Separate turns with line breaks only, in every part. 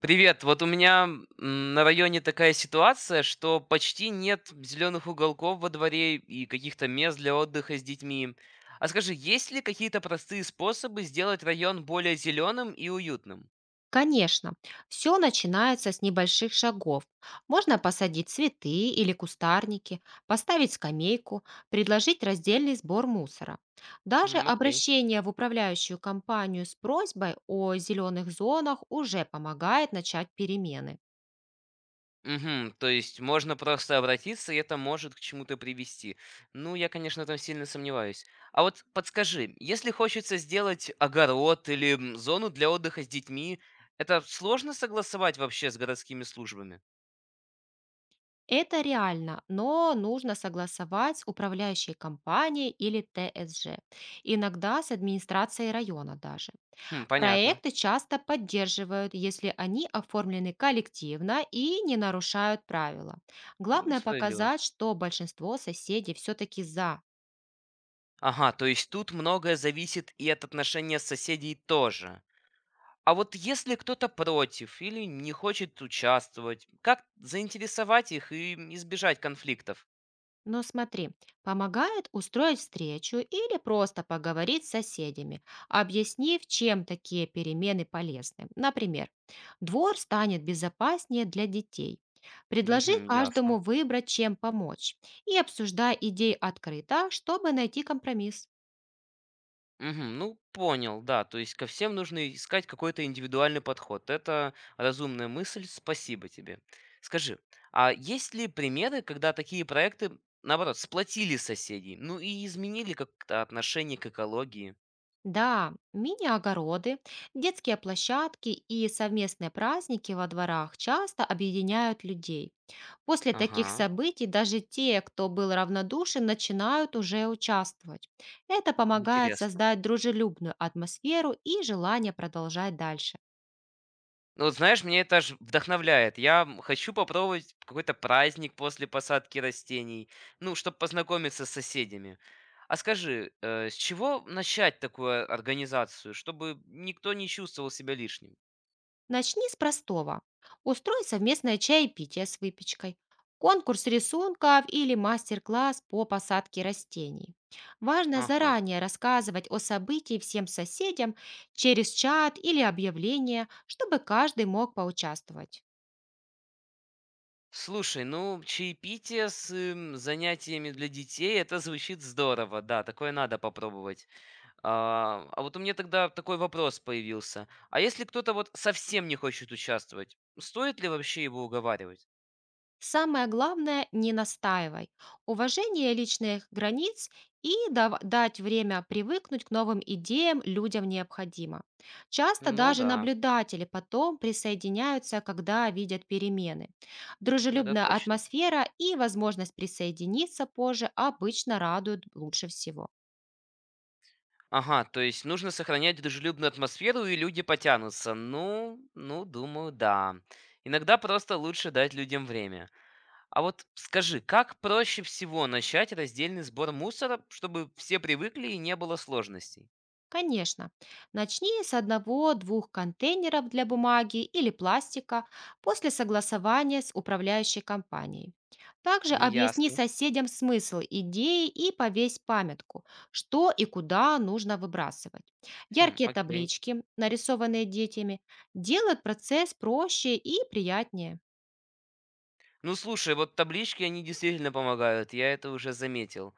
Привет. Вот у меня на районе такая ситуация, что почти нет зеленых уголков во дворе и каких-то мест для отдыха с детьми. А скажи, есть ли какие-то простые способы сделать район более зеленым и уютным?
Конечно, все начинается с небольших шагов. Можно посадить цветы или кустарники, поставить скамейку, предложить раздельный сбор мусора. Даже
Окей.
обращение в управляющую компанию с просьбой о зеленых зонах уже помогает начать перемены.
Угу, то есть можно просто обратиться, и это может к чему-то привести. Ну, я, конечно, там сильно сомневаюсь. А вот подскажи, если хочется сделать огород или зону для отдыха с детьми, это сложно согласовать вообще с городскими службами?
Это реально, но нужно согласовать с управляющей компанией или ТСЖ, иногда с администрацией района даже.
Хм, понятно.
Проекты часто поддерживают, если они оформлены коллективно и не нарушают правила.
М,
Главное
справедливо.
показать, что большинство соседей все-таки за.
Ага, то есть тут многое зависит и от отношения соседей тоже. А вот если кто-то против или не хочет участвовать, как заинтересовать их и избежать конфликтов?
Но смотри, помогает устроить встречу или просто поговорить с соседями, объяснив, чем такие перемены полезны. Например, двор станет безопаснее для детей. Предложи
Угу, ясно.
каждому выбрать, чем помочь, и обсуждай идеи открыто, чтобы найти компромисс.
Мгм, ну понял, да. То есть ко всем нужно искать какой-то индивидуальный подход. Это разумная мысль, спасибо тебе. Скажи, а есть ли примеры, когда такие проекты, наоборот, сплотили соседей, ну и изменили как-то отношение к экологии?
Да, мини-огороды, детские площадки и совместные праздники во дворах часто объединяют людей. После таких
Ага,
событий даже те, кто был равнодушен, начинают уже участвовать. Это помогает
интересно.
создать дружелюбную атмосферу и желание продолжать дальше.
Ну, вот знаешь, меня это аж вдохновляет. Я хочу попробовать какой-то праздник после посадки растений, ну, чтобы познакомиться с соседями. А скажи, с чего начать такую организацию, чтобы никто не чувствовал себя лишним?
Начни с простого. Устрой совместное чаепитие с выпечкой, конкурс рисунков или мастер-класс по посадке растений. Важно
Ага.
заранее рассказывать о событии всем соседям через чат или объявление, чтобы каждый мог поучаствовать.
Слушай, ну, чаепитие с занятиями для детей, это звучит здорово, да, такое надо попробовать. А вот у меня тогда такой вопрос появился. А если кто-то вот совсем не хочет участвовать, стоит ли вообще его уговаривать?
Самое главное– не настаивай. Уважение личных границ и дать время привыкнуть к новым идеям людям необходимо. Часто
Ну
даже
да,
наблюдатели потом присоединяются, когда видят перемены.
это
Дружелюбная
точно.
атмосфера и возможность присоединиться позже обычно радуют лучше всего.
Ага, то есть нужно сохранять дружелюбную атмосферу, и люди потянутся. Ну, ну, думаю, да. Иногда просто лучше дать людям время. А вот скажи, как проще всего начать раздельный сбор мусора, чтобы все привыкли и не было сложностей?
Конечно. Начни с одного-двух контейнеров для бумаги или пластика после согласования с управляющей компанией. Также объясни
Ясно.
соседям смысл идеи и повесь памятку, что и куда нужно выбрасывать.
Хм,
Яркие
окей.
таблички, нарисованные детьми, делают процесс проще и приятнее.
Ну слушай, вот таблички, они действительно помогают, я это уже заметил.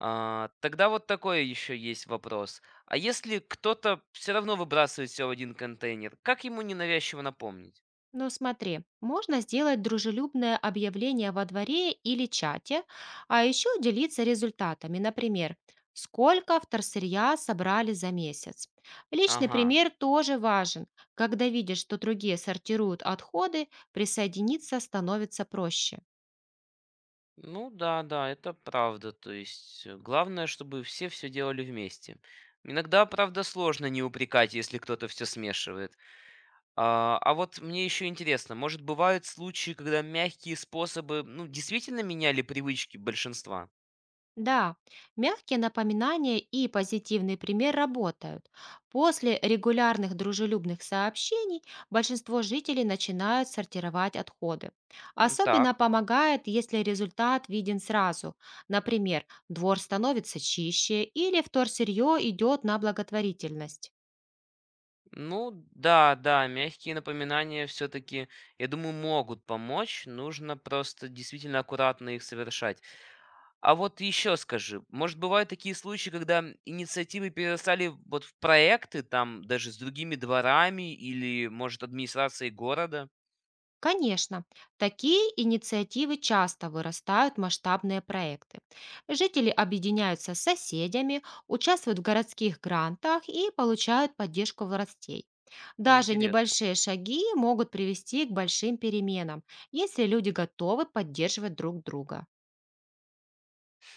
А, тогда вот такой еще есть вопрос. А если кто-то все равно выбрасывает все в один контейнер, как ему ненавязчиво напомнить?
Ну смотри, можно сделать дружелюбное объявление во дворе или чате, а еще делиться результатами. Например, сколько вторсырья собрали за месяц. Личный
Ага.
пример тоже важен. Когда видишь, что другие сортируют отходы, присоединиться становится проще.
Ну да, да, это правда. То есть главное, чтобы все делали вместе. Иногда, правда, сложно не упрекать, если кто-то все смешивает. А вот мне еще интересно, может, бывают случаи, когда мягкие способы, ну, действительно меняли привычки большинства?
Да, мягкие напоминания и позитивный пример работают. После регулярных дружелюбных сообщений большинство жителей начинают сортировать отходы.
М,
Особенно
так.
помогает, если результат виден сразу. Например, двор становится чище или вторсырье идет на благотворительность.
Ну да, да, мягкие напоминания все-таки, я думаю, могут помочь. Нужно просто действительно аккуратно их совершать. А вот еще скажи, может, бывают такие случаи, когда инициативы перерастали вот в проекты, там даже с другими дворами или, может, администрацией города?
Конечно, такие инициативы часто вырастают в масштабные проекты. Жители объединяются с соседями, участвуют в городских грантах и получают поддержку властей. Даже
Интересно.
небольшие шаги могут привести к большим переменам, если люди готовы поддерживать друг друга.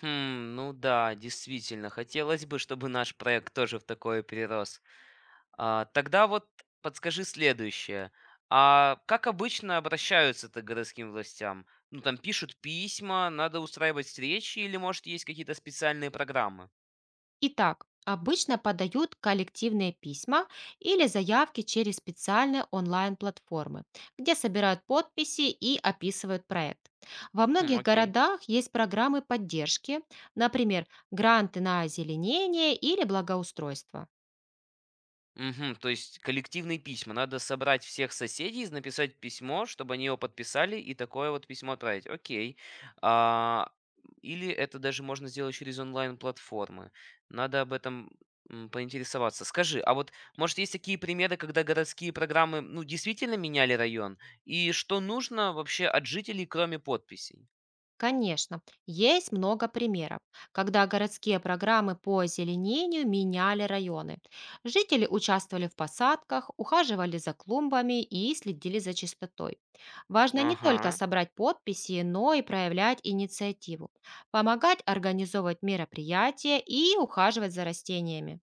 Хм, ну да, действительно, хотелось бы, чтобы наш проект тоже в такое перерос. А, тогда вот подскажи следующее. А как обычно обращаются-то к городским властям? Ну, там пишут письма, надо устраивать встречи или, может, есть какие-то специальные программы?
Итак, обычно подают коллективные письма или заявки через специальные онлайн-платформы, где собирают подписи и описывают проект. Во
Хм,
многих
окей.
городах есть программы поддержки, например, гранты на озеленение или благоустройство.
Мгм. То есть коллективные письма. Надо собрать всех соседей, написать письмо, чтобы они его подписали, и такое вот письмо отправить. Окей. А, или это даже можно сделать через онлайн-платформы. Надо об этом поинтересоваться. Скажи, а вот, может, есть такие примеры, когда городские программы, ну, действительно меняли район? И что нужно вообще от жителей, кроме подписей?
Конечно, есть много примеров, когда городские программы по озеленению меняли районы. Жители участвовали в посадках, ухаживали за клумбами и следили за чистотой. Важно не только
Ага.
собрать подписи, но и проявлять инициативу, помогать организовывать мероприятия и ухаживать за растениями.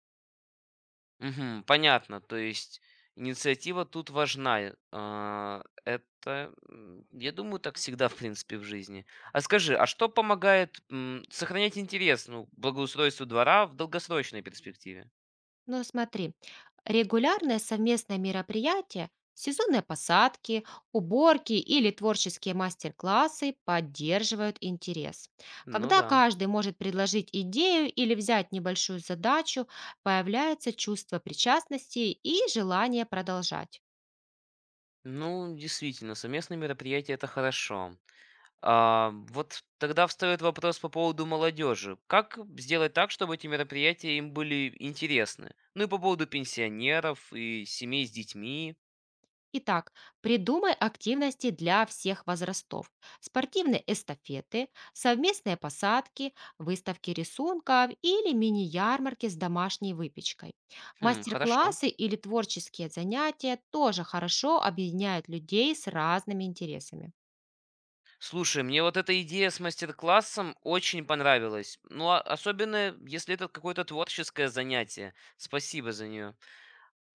Мгм. Понятно. То есть инициатива тут важна. А, это, я думаю, так всегда, в принципе, в жизни. А скажи, а что помогает сохранять интерес, ну, к благоустройству двора в долгосрочной перспективе?
Ну, смотри, регулярное совместное мероприятие, сезонные посадки, уборки или творческие мастер-классы поддерживают интерес.
Ну
Когда
да.
каждый может предложить идею или взять небольшую задачу, появляется чувство причастности и желание продолжать.
Ну, действительно, совместные мероприятия это хорошо. А, вот тогда встает вопрос по поводу молодежи. Как сделать так, чтобы эти мероприятия им были интересны? Ну и по поводу пенсионеров и семей с детьми.
Итак, придумай активности для всех возрастов. Спортивные эстафеты, совместные посадки, выставки рисунков или мини-ярмарки с домашней выпечкой.
Хм, хорошо.
Мастер-классы или творческие занятия тоже хорошо объединяют людей с разными интересами.
Слушай, мне вот эта идея с мастер-классом очень понравилась. Ну, особенно если это какое-то творческое занятие. Спасибо за нее.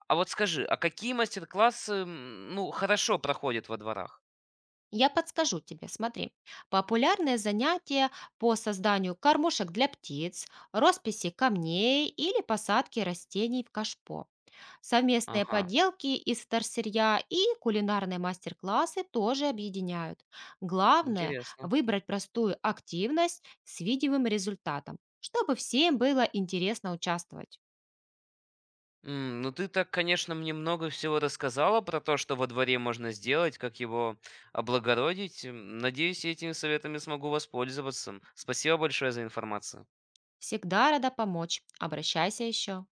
А вот скажи, а какие мастер-классы, ну, хорошо проходят во дворах?
Я подскажу тебе, смотри. Популярные занятия по созданию кормушек для птиц, росписи камней или посадки растений в кашпо. Совместные
Ага,
поделки из вторсырья и кулинарные мастер-классы тоже объединяют. Главное–
интересно.
выбрать простую активность с видимым результатом, чтобы всем было интересно участвовать.
Ну, ты так, конечно, мне много всего рассказала про то, что во дворе можно сделать, как его облагородить. Надеюсь, я этими советами смогу воспользоваться. Спасибо большое за информацию.
Всегда рада помочь. Обращайся еще.